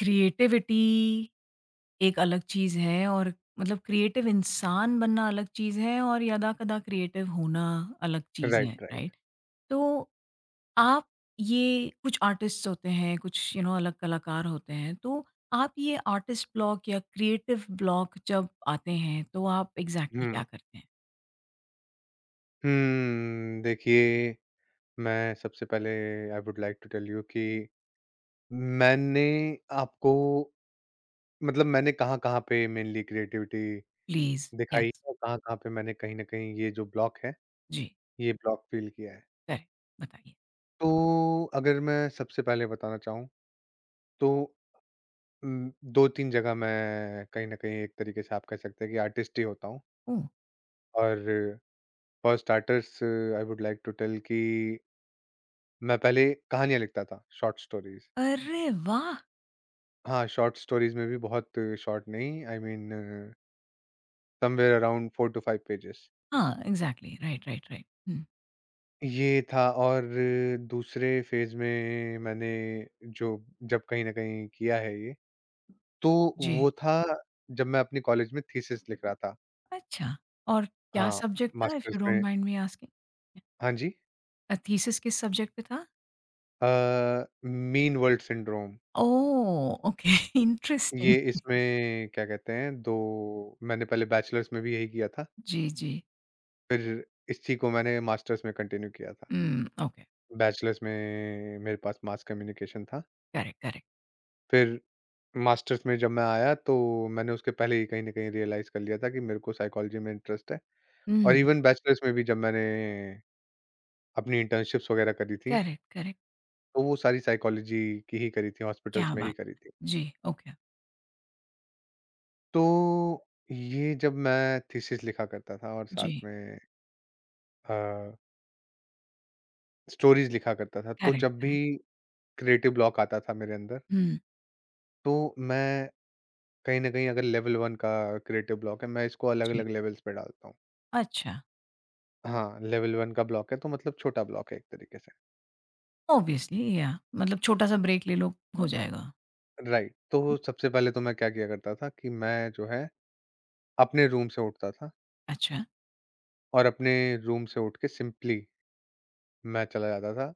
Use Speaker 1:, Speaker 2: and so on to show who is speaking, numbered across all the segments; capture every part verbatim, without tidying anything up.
Speaker 1: Creativity एक अलग चीज़ है और मतलब क्रिएटिव इंसान बनना अलग चीज़ है और यदाकदा क्रिएटिव होना अलग चीज़ है,
Speaker 2: राइट, राइट।
Speaker 1: राइट? तो आप ये कुछ आर्टिस्ट्स होते हैं, कुछ यू नो अलग कलाकार होते हैं, तो आप ये आर्टिस्ट ब्लॉक या क्रिएटिव ब्लॉक जब आते हैं, तो आप एग्ज़ैक्टली क्या
Speaker 2: हुँ।
Speaker 1: करते हैं?
Speaker 2: हुँ, देखिए, मैं सबसे पहले I would like to tell you कि मैंने आपको मतलब मैंने कहाँ-कहाँ पे मेनली क्रिएटिविटी
Speaker 1: प्लीज़,
Speaker 2: दिखाई
Speaker 1: यस,
Speaker 2: है और कहाँ-कहाँ पे मैंने कहीं न कहीं ये जो ब्लॉक है,
Speaker 1: जी,
Speaker 2: ये ब्लॉक फ़ील किया है।
Speaker 1: करेक्ट, बताइए।
Speaker 2: तो अगर मैं सबसे पहले बताना चाहूँ तो उम, दो तीन जगह मैं कहीं न कहीं एक तरीके से आप कह सकते हैं कि आर्टिस्ट ही होता हूँ
Speaker 1: ओह!
Speaker 2: और for starters I would like to tell कि मैं पहले कहानियाँ लिखता था, शॉर्ट स्टोरीज़।
Speaker 1: अरे वाह!
Speaker 2: हाँ, शॉर्ट स्टोरीज़ में भी बहुत शॉर्ट नहीं I mean somewhere around four to five pages.
Speaker 1: हाँ, एग्ज़ैक्टली, राइट, राइट, राइट। हुँ,
Speaker 2: ये था और दूसरे फ़ेज़ में मैंने जो जब कहीं न कहीं किया है ये, तो
Speaker 1: जी।
Speaker 2: वो था जब मैं अपनी कॉलेज में थीसिस लिख रहा था।
Speaker 1: अच्छा, और क्या
Speaker 2: हाँ,
Speaker 1: सब्जेक्ट था इफ
Speaker 2: मास्टर्स
Speaker 1: यू डोंट
Speaker 2: में
Speaker 1: माइंड मी आस्किंग?
Speaker 2: हाँ जी।
Speaker 1: अ, थीसिस किस सब्जेक्ट पे था?
Speaker 2: अ, mean world syndrome
Speaker 1: oh! Okay.
Speaker 2: ये
Speaker 1: इंटरेस्टिंग
Speaker 2: इसमें क्या कहते हैं दो मैंने पहले बैचलर्स में भी यही किया था,
Speaker 1: जी, जी।
Speaker 2: फिर इसी को मैंने मास्टर्स में कंटिन्यू किया था।
Speaker 1: हुँ, ओके।
Speaker 2: बैचलर्स में मेरे पास मास कम्युनिकेशन था।
Speaker 1: Correct, correct.
Speaker 2: फिर मास्टर्स में जब मैं आया तो मैंने उसके पहले ही कहीं न कहीं रियलाइज़ कर लिया था कि मेरे को साइकोलॉजी में इंटरेस्ट है और
Speaker 1: हुँ,
Speaker 2: इवन बैचलर्स में भी जब मैंने अपनी इंटर्नशिप्स वगैरह करी थी,
Speaker 1: करेक्ट, करेक्ट।
Speaker 2: तो वो सारी साइकोलॉजी की ही करी थी, हॉस्पिटल्स
Speaker 1: क्या
Speaker 2: में ही
Speaker 1: बात
Speaker 2: करी थी।
Speaker 1: है। जी, ओके,
Speaker 2: तो ये जब मैं थीसिस लिखा करता था और साथ
Speaker 1: जी।
Speaker 2: में अ, स्टोरीज़ लिखा करता था, तो
Speaker 1: करेक्ट,
Speaker 2: जब भी
Speaker 1: करेक्ट।
Speaker 2: क्रिएटिव ब्लॉक आता था मेरे अंदर,
Speaker 1: हुँ,
Speaker 2: तो मैं कहीं न कहीं अगर लेवल वन का क्रिएटिव ब्लॉक है, मैं इसको
Speaker 1: जी।
Speaker 2: अलग-अलग लेवल्स पे डालता हूँ।
Speaker 1: अच्छा,
Speaker 2: हाँ, लेवल वन का ब्लॉक है तो मतलब छोटा ब्लॉक है एक तरीके से,
Speaker 1: ऑब्वियसली या मतलब छोटा-सा ब्रेक ले लो, हो जाएगा।
Speaker 2: राइट। तो सबसे पहले तो मैं क्या किया करता था कि मैं जो है अपने रूम से उठता था
Speaker 1: अच्छा,
Speaker 2: और अपने रूम से उठ के सिंपली मैं चला जाता था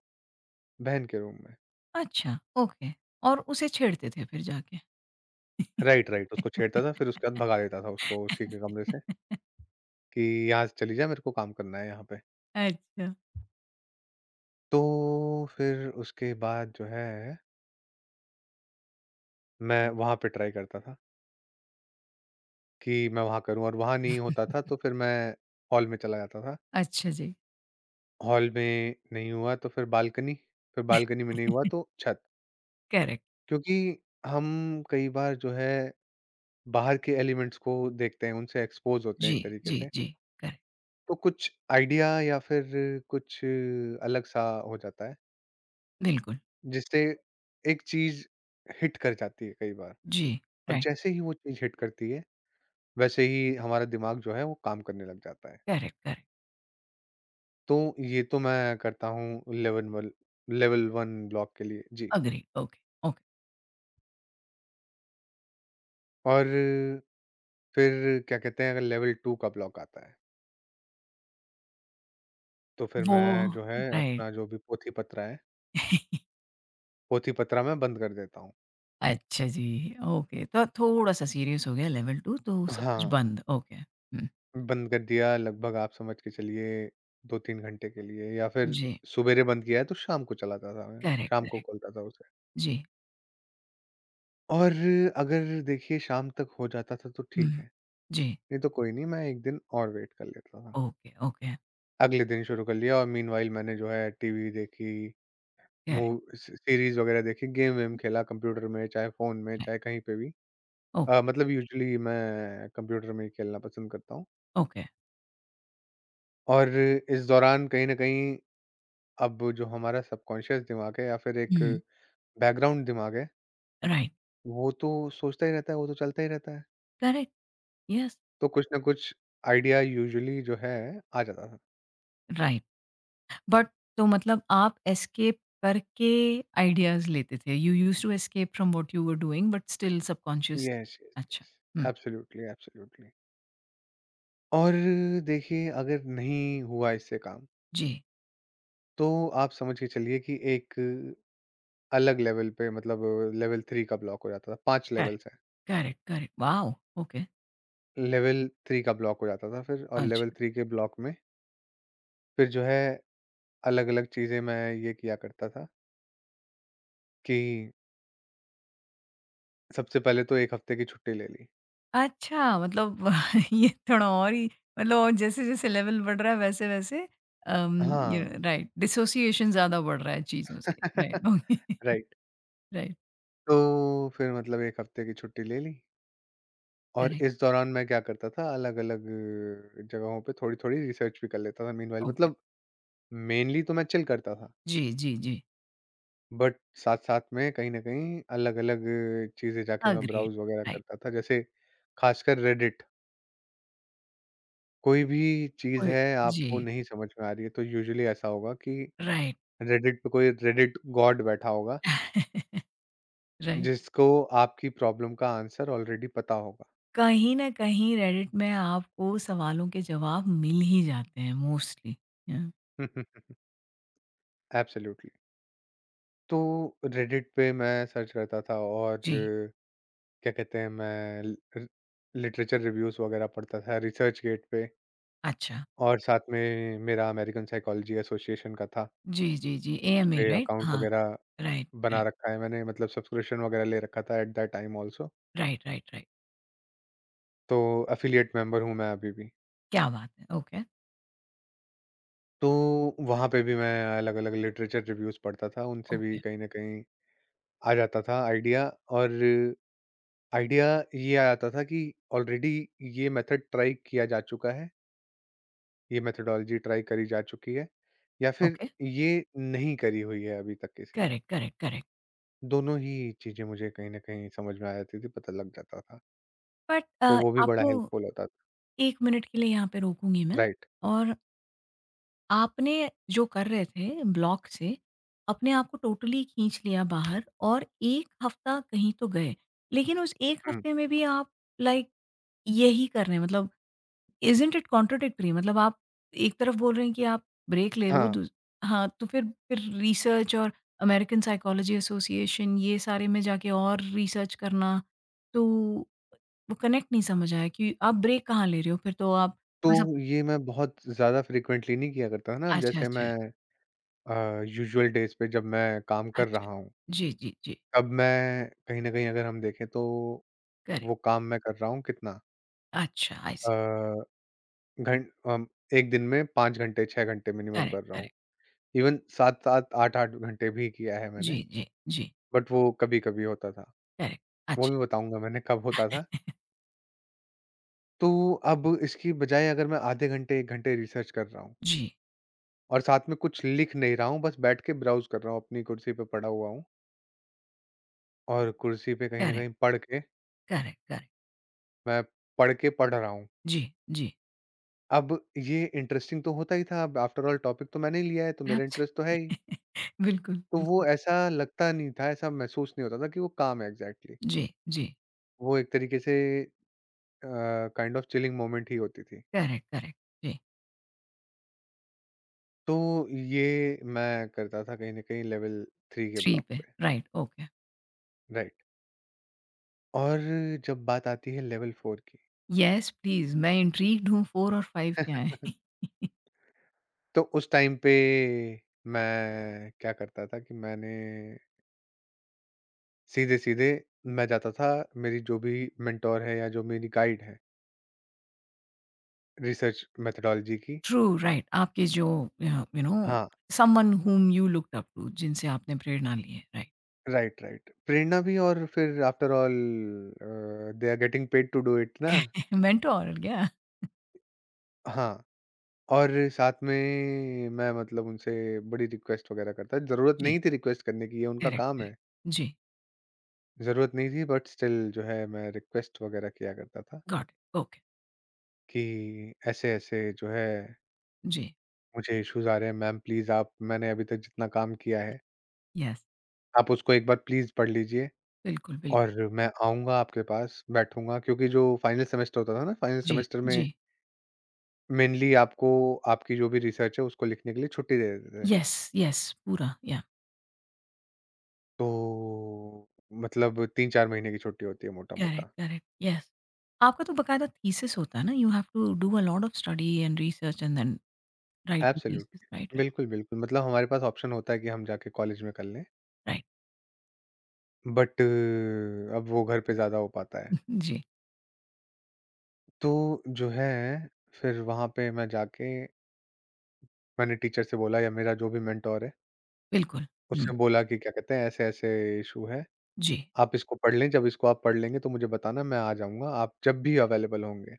Speaker 2: बहन के रूम में।
Speaker 1: अच्छा, ओके। और उसे छेड़ते थे फिर जाके?
Speaker 2: राइट, राइट, उसको छेड़ता था फिर उसके बाद भगा देता था उसको उसी के कमरे से कि यहाँ से चली जा मेरे को काम करना है यहाँ पे।
Speaker 1: अच्छा।
Speaker 2: तो फिर उसके बाद जो है मैं वहाँ पे ट्राई करता था। कि मैं वहाँ करूँ और वहाँ नहीं होता था तो फिर मैं हॉल में चला जाता था।
Speaker 1: अच्छा जी।
Speaker 2: हॉल में नहीं हुआ तो फिर बालकनी, फिर बालकनी में नहीं हुआ तो छत।
Speaker 1: करेक्ट।
Speaker 2: क्योंकि हम कई बार जो है बाहर के एलिमेंट्स को देखते हैं, उनसे एक्सपोज़ होते हैं
Speaker 1: जी,
Speaker 2: एक तरीके
Speaker 1: जी,
Speaker 2: से।
Speaker 1: जी, करेक्ट,
Speaker 2: तो कुछ आइडिया या फिर कुछ अलग-सा हो जाता है,
Speaker 1: बिल्कुल।
Speaker 2: जिससे एक चीज़ हिट कर जाती है कई बार
Speaker 1: जी,
Speaker 2: और
Speaker 1: राइट,
Speaker 2: जैसे ही वो चीज़ हिट करती है, वैसे ही हमारा दिमाग जो है वो काम करने लग जाता है।
Speaker 1: करेक्ट, करेक्ट,
Speaker 2: तो ये तो मैं करता हूँ level one level one block के लिए, जी।
Speaker 1: एग्री, ओके, ओके,
Speaker 2: और फिर क्या कहते हैं अगर लेवल टू का ब्लॉक आता है, तो फिर
Speaker 1: वो
Speaker 2: मैं जो है
Speaker 1: राइट।
Speaker 2: अपना जो भी पोथी-पत्रा है, पोथी-पत्रा मैं बंद कर देता हूँ।
Speaker 1: अच्छा जी, ओके, तो थोड़ा-सा सीरियस हो गया लेवल दो तो सब कुछ
Speaker 2: हाँ,
Speaker 1: बंद, ओके, हुँ,
Speaker 2: बंद कर दिया लगभग आप समझ के चलिए दो तीन घंटे के लिए या फिर
Speaker 1: जी,
Speaker 2: सुबेरे बंद किया है तो शाम को चलाता था मैं,
Speaker 1: करेक्ट,
Speaker 2: शाम को
Speaker 1: करेक्ट,
Speaker 2: खोलता था उसे।
Speaker 1: जी,
Speaker 2: और अगर देखिए शाम तक हो जाता था तो ठीक है,
Speaker 1: हुँ, जी,
Speaker 2: नहीं तो कोई नहीं मैं एक दिन और वेट कर लेता था।
Speaker 1: ओके, ओके,
Speaker 2: अगले दिन शुरू कर लिया और मीनव्हाइल मैंने जो है टीवी देखी,
Speaker 1: करेक्ट,
Speaker 2: मूव स सीरीज़ वगैरह देखी, गेम-वेम खेला कंप्यूटर में, चाहे फ़ोन में,
Speaker 1: राइट,
Speaker 2: चाहे कहीं पे भी। अ,
Speaker 1: ओके,
Speaker 2: मतलब यूजुअली मैं कंप्यूटर में ही खेलना पसंद करता हूँ
Speaker 1: ओके,
Speaker 2: और इस दौरान कहीं न कहीं अब जो हमारा सबकॉन्शियस दिमाग है या फिर एक
Speaker 1: हुँ,
Speaker 2: बैकग्राउंड दिमाग है,
Speaker 1: राइट,
Speaker 2: वो तो सोचता ही रहता है, वो तो चलता ही रहता है।
Speaker 1: करेक्ट, यस,
Speaker 2: तो कुछ ना कुछ आइडिया यूजुअली जो है, आ जाता था।
Speaker 1: राइट। बट तो मतलब आप एस्केप करके आइडियाज़ लेते थे। You used to escape from what you were doing but still subconscious.
Speaker 2: Yes, yes,
Speaker 1: अच्छा।
Speaker 2: येस।
Speaker 1: हुँ,
Speaker 2: एब्सोल्यूटली, एब्सोल्यूटली। और देखिए अगर नहीं हुआ इससे काम
Speaker 1: जी।
Speaker 2: तो आप समझ के चलिए कि एक अलग लेवल पे मतलब लेवल थ्री का ब्लॉक हो जाता था। पाँच
Speaker 1: करेक्ट,
Speaker 2: लेवल्स हैं।
Speaker 1: Correct, correct. Wow! Okay,
Speaker 2: level three का ब्लॉक हो जाता था फिर और लेवल
Speaker 1: अच्छा।
Speaker 2: थ्री के ब्लॉक में फिर जो है अलग-अलग चीज़ें मैं ये किया करता था कि सबसे पहले तो एक हफ्ते की छुट्टी ले ली।
Speaker 1: अच्छा मतलब ये थोड़ा और ही मतलब, और जैसे-जैसे लेवल बढ़ रहा है वैसे-वैसे अम, यू
Speaker 2: हाँ,
Speaker 1: नो राइट, डिसोसिएशन ज़्यादा बढ़ रहा है चीज़ों से। Right okay.
Speaker 2: राइट।
Speaker 1: राइट।
Speaker 2: तो फिर मतलब एक हफ्ते की छुट्टी ले ली और
Speaker 1: करेक्ट।
Speaker 2: इस दौरान मैं क्या करता था अलग-अलग जगहों पे थोड़ी-थोड़ी रिसर्च भी कर लेता था मीनवाइल
Speaker 1: ओके।
Speaker 2: मतलब मेनली तो मैं चिल करता था।
Speaker 1: जी, जी, जी।
Speaker 2: बट साथ-साथ में कहीं न कहीं अलग-अलग चीज़ें जाके मैं
Speaker 1: अग्रीड।
Speaker 2: ब्राउज़ वगैरह
Speaker 1: राइट।
Speaker 2: करता था, जैसे खासकर रेडिट। कोई भी चीज़
Speaker 1: ओए।
Speaker 2: है
Speaker 1: जी,
Speaker 2: आपको नहीं समझ में आ रही है तो यूजुअली ऐसा होगा कि
Speaker 1: राइट।
Speaker 2: रेडिट पे कोई रेडिट गॉड बैठा होगा,
Speaker 1: राइट।
Speaker 2: जिसको आपकी प्रॉब्लम का आंसर ऑलरेडी पता होगा।
Speaker 1: कहीं न कहीं रेडिट में आपको सवालों के जवाब मिल ही जाते हैं मोस्टली। हुँ,
Speaker 2: एब्सोल्युटली। तो रेडिट पे मैं सर्च करता था और
Speaker 1: जी,
Speaker 2: क्या कहते हैं मैं ल र लिटरेचर रिव्यूज़ वगैरह पढ़ता था, रिसर्चगेट पे
Speaker 1: अच्छा।
Speaker 2: और साथ में मेरा अमेरिकन साइकोलॉजी एसोसिएशन का था।
Speaker 1: जी, जी, जी, एएमए
Speaker 2: उसपे
Speaker 1: राइट?
Speaker 2: अकाउंट
Speaker 1: हाँ,
Speaker 2: वगैरह
Speaker 1: राइट,
Speaker 2: बना
Speaker 1: करेक्ट,
Speaker 2: रखा है मैंने मतलब सब्सक्रिप्शन वगैरह ले रखा था at that time also.
Speaker 1: Right, right, right.
Speaker 2: तो एफ़िलिएट मेंबर हूँ मैं अभी भी।
Speaker 1: क्या बात है! ओके,
Speaker 2: तो वहाँ पे भी मैं अलग-अलग लिटरेचर रिव्यूज़ पढ़ता था, उनसे भी
Speaker 1: ओके,
Speaker 2: कहीं न कहीं आ जाता था आइडिया और आइडिया ये आ जाता था कि ऑलरेडी ये मेथड ट्राई किया जा चुका है, ये मेथोडोलॉजी ट्राई करी जा चुकी है या फिर
Speaker 1: ओके,
Speaker 2: ये नहीं करी हुई है अभी तक किसी ने।
Speaker 1: Correct, correct, correct.
Speaker 2: दोनों ही चीज़ें मुझे कहीं न कहीं समझ में आ जाती थी, पता लग जाता था।
Speaker 1: बट अ,
Speaker 2: तो वो भी बड़ा
Speaker 1: आपको
Speaker 2: हेल्पफुल होता
Speaker 1: एक मिनट के लिए यहाँ पे रोकूँगी मैं,
Speaker 2: राइट,
Speaker 1: और आपने जो कर रहे थे ब्लॉक से, अपने आप को टोटली खींच लिया बाहर और एक हफ्ता कहीं तो गए। लेकिन उस एक
Speaker 2: हुँ,
Speaker 1: हफ्ते में भी आप लाइक यही कर रहे हैं मतलब, इज़न्ट इट कॉन्ट्राडिक्टरी, मतलब आप एक तरफ बोल रहे हैं कि आप ब्रेक ले रहे हो
Speaker 2: हाँ,
Speaker 1: दूस हाँ, तो फिर फिर रिसर्च और अमेरिकन साइकोलॉजी एसोसिएशन, ये सारे में जाके और रिसर्च करना, तो वो कनेक्ट नहीं समझ आया कि आप ब्रेक कहाँ ले रहे हो? फिर तो आप
Speaker 2: तो
Speaker 1: बस आप।
Speaker 2: ये मैं बहुत ज़्यादा फ्रीक्वेंटली नहीं किया करता था ना, अब
Speaker 1: अच्छा,
Speaker 2: जैसे
Speaker 1: अच्छा,
Speaker 2: मैं अ, यूजुअल डेज़ पे जब मैं काम कर
Speaker 1: अच्छा।
Speaker 2: रहा हूँ,
Speaker 1: जी, जी, जी,
Speaker 2: तब मैं कहीं न कहीं अगर हम देखें तो
Speaker 1: करेक्ट।
Speaker 2: वो काम मैं कर रहा हूँ कितना
Speaker 1: अच्छा, आई
Speaker 2: अ,
Speaker 1: सी।
Speaker 2: घं अम, एक दिन में पाँच घंटे, छह घंटे मिनिमम
Speaker 1: करेक्ट,
Speaker 2: कर रहा हूँ।
Speaker 1: करेक्ट।
Speaker 2: इवन सात सात, आठ आठ घंटे भी किया है मैंने,
Speaker 1: जी, जी, जी,
Speaker 2: बट वो कभी-कभी होता था।
Speaker 1: करेक्ट।
Speaker 2: वो
Speaker 1: अच्छा।
Speaker 2: भी बताऊँगा मैंने कब होता था। तो अब इसकी बजाय अगर मैं आधे घंटे, एक घंटे रिसर्च कर रहा हूँ
Speaker 1: जी,
Speaker 2: और साथ में कुछ लिख नहीं रहा हूँ, बस बैठ के ब्राउज़ कर रहा हूँ, अपनी कुर्सी पे पड़ा हुआ हूँ और कुर्सी पे कहीं न
Speaker 1: करेक्ट,
Speaker 2: कहीं पढ़ के
Speaker 1: करेक्ट, करेक्ट।
Speaker 2: मैं पढ़ के पढ़ रहा हूँ।
Speaker 1: जी, जी।
Speaker 2: अब ये इंटरेस्टिंग तो होता ही था, अब आफ्टर ऑल टॉपिक तो मैंने ही लिया है, तो मेरा
Speaker 1: एब्स
Speaker 2: इंटरेस्ट तो है ही।
Speaker 1: बिल्कुल,
Speaker 2: तो वो
Speaker 1: बिल्कुल।
Speaker 2: ऐसा लगता नहीं था, ऐसा महसूस नहीं होता था कि वो काम है एग्ज़ैक्टली।
Speaker 1: जी, जी।
Speaker 2: वो एक तरीके से अ, काइंड ऑफ चिलिंग मोमेंट ही होती थी।
Speaker 1: Correct, correct. जी,
Speaker 2: तो ये मैं करता था कहीं न कहीं लेवल थ्री के
Speaker 1: तीन
Speaker 2: ब्लॉक
Speaker 1: पे
Speaker 2: पे,
Speaker 1: राइट, ओके।
Speaker 2: राइट। और जब बात आती है लेवल फ़ोर की
Speaker 1: येस प्लीज़, मैं इंट्रिग्ड हूँ, चार और पाँच क्या है?
Speaker 2: तो उस टाइम पे मैं क्या करता था कि मैंने सीधे-सीधे मैं जाता था मेरी जो भी मेंटर है या जो मेरी गाइड है रिसर्च मेथोडोलॉजी की
Speaker 1: ट्रू राइट, आपके जो अ, यू नो
Speaker 2: हाँ,
Speaker 1: someone whom you looked up to, जिनसे आपने प्रेरणा ली है, राइट।
Speaker 2: Right, right. प्रेरणा भी और फिर after all uh, they are getting paid to do it ना।
Speaker 1: मेंटोर क्या?
Speaker 2: हाँ, और साथ में मैं मतलब उनसे बड़ी रिक्वेस्ट वगैरह करता ज़रूरत
Speaker 1: जी,
Speaker 2: नहीं थी रिक्वेस्ट करने की ये उनका
Speaker 1: करेक्ट,
Speaker 2: काम
Speaker 1: करेक्ट।
Speaker 2: है।
Speaker 1: जी,
Speaker 2: ज़रूरत नहीं थी बट स्टिल जो है मैं रिक्वेस्ट वगैरह किया करता था
Speaker 1: गॉट इट, ओके।
Speaker 2: कि ऐसे-ऐसे जो है
Speaker 1: जी,
Speaker 2: मुझे इश्यूज़ आ रहे हैं, मैम प्लीज़ आप मैंने अभी तक जितना काम किया है,
Speaker 1: येस,
Speaker 2: आप उसको एक बार प्लीज़ पढ़ लीजिए
Speaker 1: बिल्कुल, बिल्कुल।
Speaker 2: और मैं आऊँगा आपके पास, बैठूँगा। क्योंकि जो फाइनल सेमेस्टर होता था ना, फाइनल
Speaker 1: जी,
Speaker 2: सेमेस्टर
Speaker 1: जी।
Speaker 2: में मेनली आपको आपकी जो भी रिसर्च है, उसको लिखने के लिए छुट्टी दे देते थे।
Speaker 1: येस, येस, पूरा या
Speaker 2: तो मतलब तीन चार महीने की छुट्टी होती है
Speaker 1: करेक्ट,
Speaker 2: मोटा-मोटा।
Speaker 1: Correct, yes. आपका तो बकायदा थीसिस होता है ना? You have to do a lot of study and research and then write the thesis, right,
Speaker 2: absolutely.
Speaker 1: Right,
Speaker 2: बिल्कुल, बिल्कुल। मतलब हमारे पास ऑप्शन होता है कि हम जाके कॉलेज में कर लें,
Speaker 1: राइट।
Speaker 2: बट अब वो घर पे ज़्यादा हो पाता है।
Speaker 1: जी।
Speaker 2: तो जो है, फिर वहाँ पे मैं जाके मैंने टीचर से बोला या मेरा जो भी मेंटोर है,
Speaker 1: बिल्कुल,
Speaker 2: उससे
Speaker 1: हुँ,
Speaker 2: बोला कि क्या कहते हैं ऐसे-ऐसे इश्यू है,
Speaker 1: जी,
Speaker 2: आप इसको पढ़ लें, जब इसको आप पढ़ लेंगे तो मुझे बताना मैं आ जाऊँगा, आप जब भी अवेलेबल होंगे,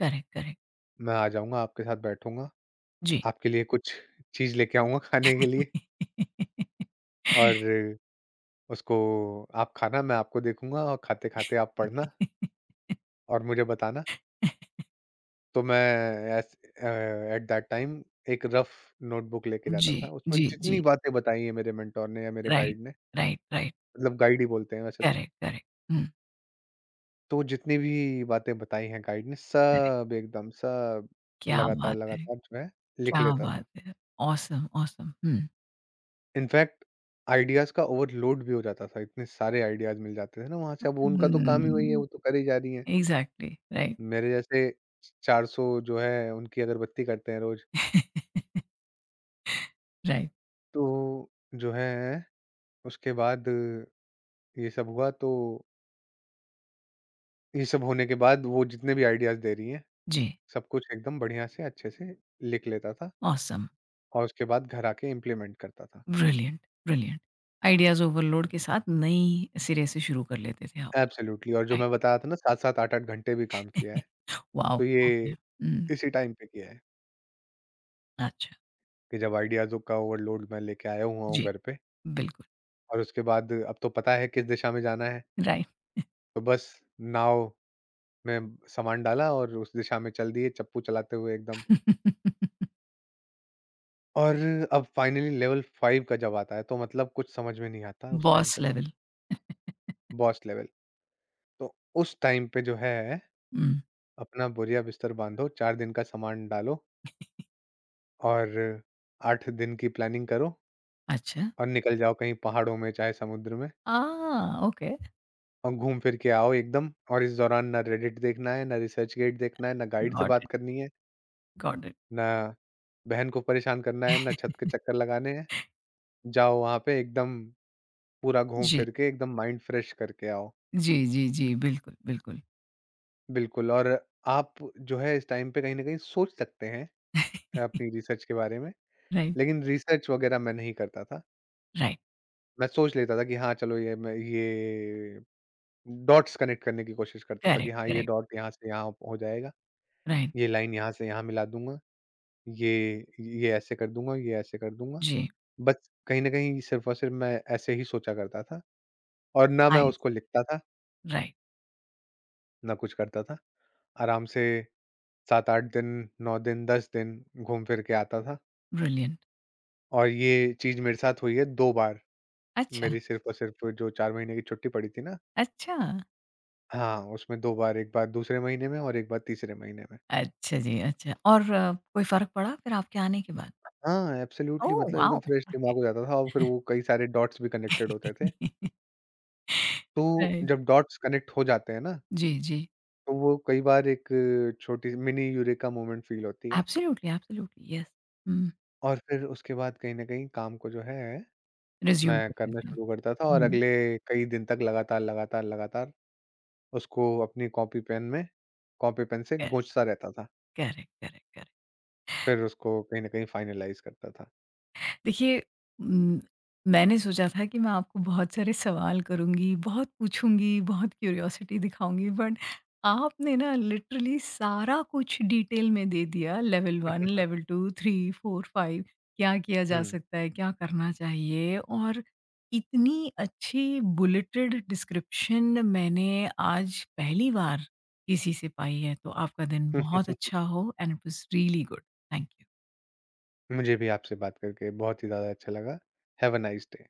Speaker 1: करेक्ट, करेक्ट,
Speaker 2: मैं आ जाऊँगा आपके साथ बैठूँगा,
Speaker 1: जी।
Speaker 2: आपके लिए कुछ चीज़ लेके आऊँगा खाने के लिए और उसको आप खाना, मैं आपको देखूँगा और खाते-खाते आप पढ़ना और मुझे बताना। तो मैं as uh, at that time एक रफ नोटबुक लेके जाता
Speaker 1: जी,
Speaker 2: था, उसमें
Speaker 1: जी,
Speaker 2: जितनी
Speaker 1: जी,
Speaker 2: बातें बताई हैं मेरे मेंटोर ने या मेरे
Speaker 1: राइट,
Speaker 2: गाइड ने,
Speaker 1: राइट, राइट,
Speaker 2: मतलब गाइड ही बोलते हैं वैसे तो।
Speaker 1: करेक्ट, करेक्ट, हुँ,
Speaker 2: तो जितनी भी बातें बताई हैं गाइड ने
Speaker 1: करेक्ट,
Speaker 2: सब एकदम सब
Speaker 1: क्या
Speaker 2: लगातार,
Speaker 1: बात है!
Speaker 2: लगातार जो है लिख
Speaker 1: क्या
Speaker 2: लेता था।
Speaker 1: बात है! ऑसम, ऑसम, हुँ,
Speaker 2: इनफैक्ट आइडियाज़ का ओवरलोड भी हो जाता था, इतने सारे आइडियाज़ मिल जाते थे ना वहाँ से, अब उनका तो काम ही वही है,
Speaker 1: हुँ,
Speaker 2: वो तो कर ही जा रही हैं।
Speaker 1: एग्ज़ैक्टली, राइट,
Speaker 2: मेरे जैसे चार सौ जो है उनकी अगरबत्ती करते हैं रोज़।
Speaker 1: राइट,
Speaker 2: तो जो है उसके बाद ये सब हुआ तो ये सब होने के बाद वो जितने भी आइडियाज़ दे रही हैं,
Speaker 1: जी,
Speaker 2: सब कुछ एकदम बढ़िया से अच्छे से लिख लेता था
Speaker 1: ऑसम,
Speaker 2: और उसके बाद घर आके इम्प्लीमेंट करता था।
Speaker 1: ब्रिलिएंट, ब्रिलिएंट, आइडियाज़ ओवरलोड के साथ नई सिरे से शुरू कर लेते थे आप,
Speaker 2: एब्सोल्युटली और जो
Speaker 1: राइट,
Speaker 2: मैं बता रहा था ना सात सात आठ आठ घंटे भी काम किया है,
Speaker 1: वॉव!
Speaker 2: तो ये
Speaker 1: ओके, हुँ,
Speaker 2: इसी टाइम पे किया है,
Speaker 1: अच्छा,
Speaker 2: कि जब आइडियाज़ का ओवरलोड मैं लेके आया हुआ हूँ
Speaker 1: जी।
Speaker 2: घर पे
Speaker 1: बिल्कुल,
Speaker 2: और उसके बाद अब तो पता है किस दिशा में जाना है,
Speaker 1: राइट।
Speaker 2: तो बस नाव में सामान डाला और उस दिशा में चल दिए चप्पू चलाते हुए एकदम। और अब फाइनली लेवल फ़ाइव का जब आता है तो मतलब कुछ समझ में नहीं आता उस टाइम
Speaker 1: बॉस
Speaker 2: पे तो,
Speaker 1: लेवल।
Speaker 2: Boss level. तो उस टाइम पे जो है
Speaker 1: हुँ,
Speaker 2: अपना बोरिया बिस्तर बाँधो, चार दिन का सामान डालो और आठ दिन की प्लानिंग करो।
Speaker 1: अच्छा।
Speaker 2: और निकल जाओ कहीं पहाड़ों में चाहे समुद्र में
Speaker 1: आ, ओके,
Speaker 2: और घूम फिर के आओ एकदम और इस दौरान ना रेडिट देखना है, ना रिसर्च गेट देखना है, ना गाइड से
Speaker 1: गॉट
Speaker 2: बात
Speaker 1: इट,
Speaker 2: करनी है,
Speaker 1: गॉट इट।
Speaker 2: ना बहन को परेशान करना है, ना छत के चक्कर लगाने हैं। जाओ वहाँ पे एकदम पूरा घूम
Speaker 1: जी,
Speaker 2: फिर के एकदम माइंड फ्रेश करके आओ।
Speaker 1: जी, जी, जी, बिल्कुल, बिल्कुल।
Speaker 2: बिल्कुल और आप जो है इस टाइम पे कहीं न कहीं सोच सकते हैं अपनी रिसर्च के बारे में,
Speaker 1: राइट,
Speaker 2: लेकिन रिसर्च वगैरह मैं नहीं करता था।
Speaker 1: राइट,
Speaker 2: मैं सोच लेता था कि हाँ, चलो ये मैं ये डॉट्स कनेक्ट करने की कोशिश करता था कि
Speaker 1: करेक्ट,
Speaker 2: हाँ, ये
Speaker 1: करेक्ट,
Speaker 2: डॉट यहाँ से यहाँ हो जाएगा।
Speaker 1: राइट,
Speaker 2: ये लाइन यहाँ से यहाँ मिला दूँगा, ये ये ऐसे कर दूँगा, ये ऐसे कर दूँगा।
Speaker 1: जी,
Speaker 2: बस कहीं न कहीं सिर्फ़ और सिर्फ़ मैं ऐसे ही सोचा करता था और ना मैं
Speaker 1: आइस,
Speaker 2: उसको लिखता था,
Speaker 1: राइट,
Speaker 2: ना कुछ करता था। आराम से सात आठ दिन, नौ दिन, दस दिन घूम फिर के आता था
Speaker 1: ब्रिलियंट।
Speaker 2: और ये चीज़ मेरे साथ हुई है दो बार।
Speaker 1: अच्छा,
Speaker 2: मेरी सिर्फ़ और सिर्फ़ जो चार महीने की छुट्टी पड़ी थी ना
Speaker 1: अच्छा,
Speaker 2: हाँ, उसमें दो बार, एक बार दूसरे महीने में और एक बार तीसरे महीने में।
Speaker 1: अच्छा जी, अच्छा। और अ, कोई फ़र्क पड़ा फिर आपके आने के बाद?
Speaker 2: हाँ, एब्सोल्यूटली
Speaker 1: ओह,
Speaker 2: मतलब एकदम
Speaker 1: वाओ!
Speaker 2: Fresh
Speaker 1: okay.
Speaker 2: दिमाग हो जाता था और फिर वो कई सारे डॉट्स भी कनेक्टेड होते थे। तो
Speaker 1: राइट,
Speaker 2: जब डॉट्स कनेक्ट हो जाते हैं ना,
Speaker 1: जी, जी,
Speaker 2: तो वो कई बार एक छोटी-सी मिनी यूरेका मोमेंट फ़ील होती है।
Speaker 1: Absolutely, absolutely, yes. हुँ,
Speaker 2: और फिर उसके बाद कहीं न कहीं काम को जो है,
Speaker 1: रिज़्यूम
Speaker 2: मैं
Speaker 1: करते
Speaker 2: करना
Speaker 1: थे।
Speaker 2: शुरू करता था और
Speaker 1: हुँ,
Speaker 2: अगले कई दिन तक लगातार, लगातार, लगातार उसको अपनी कॉपी पेन में कॉपी पेन से
Speaker 1: करेक्ट,
Speaker 2: गूँथता रहता था।
Speaker 1: Correct, correct, correct.
Speaker 2: फिर उसको कहीं न कहीं फ़ाइनलाइज़ करता था।
Speaker 1: देखिए म, मैंने सोचा था कि मैं आपको बहुत सारे सवाल करूँगी, बहुत पूछूँगी, बहुत क्यूरियोसिटी दिखाऊँगी, बट आपने ना लिटरली सारा कुछ डिटेल में दे दिया लेवल एक, लेवल दो, तीन, चार, पाँच, क्या किया जा
Speaker 2: हुँ।
Speaker 1: सकता है, क्या करना चाहिए, और इतनी अच्छी बुलेटेड डिस्क्रिप्शन मैंने आज पहली बार किसी से पाई है। तो आपका दिन बहुत अच्छा हो, and it was really good. Thank you.
Speaker 2: मुझे भी आपसे बात करके बहुत ही ज़्यादा अच्छा लगा। Have a nice day.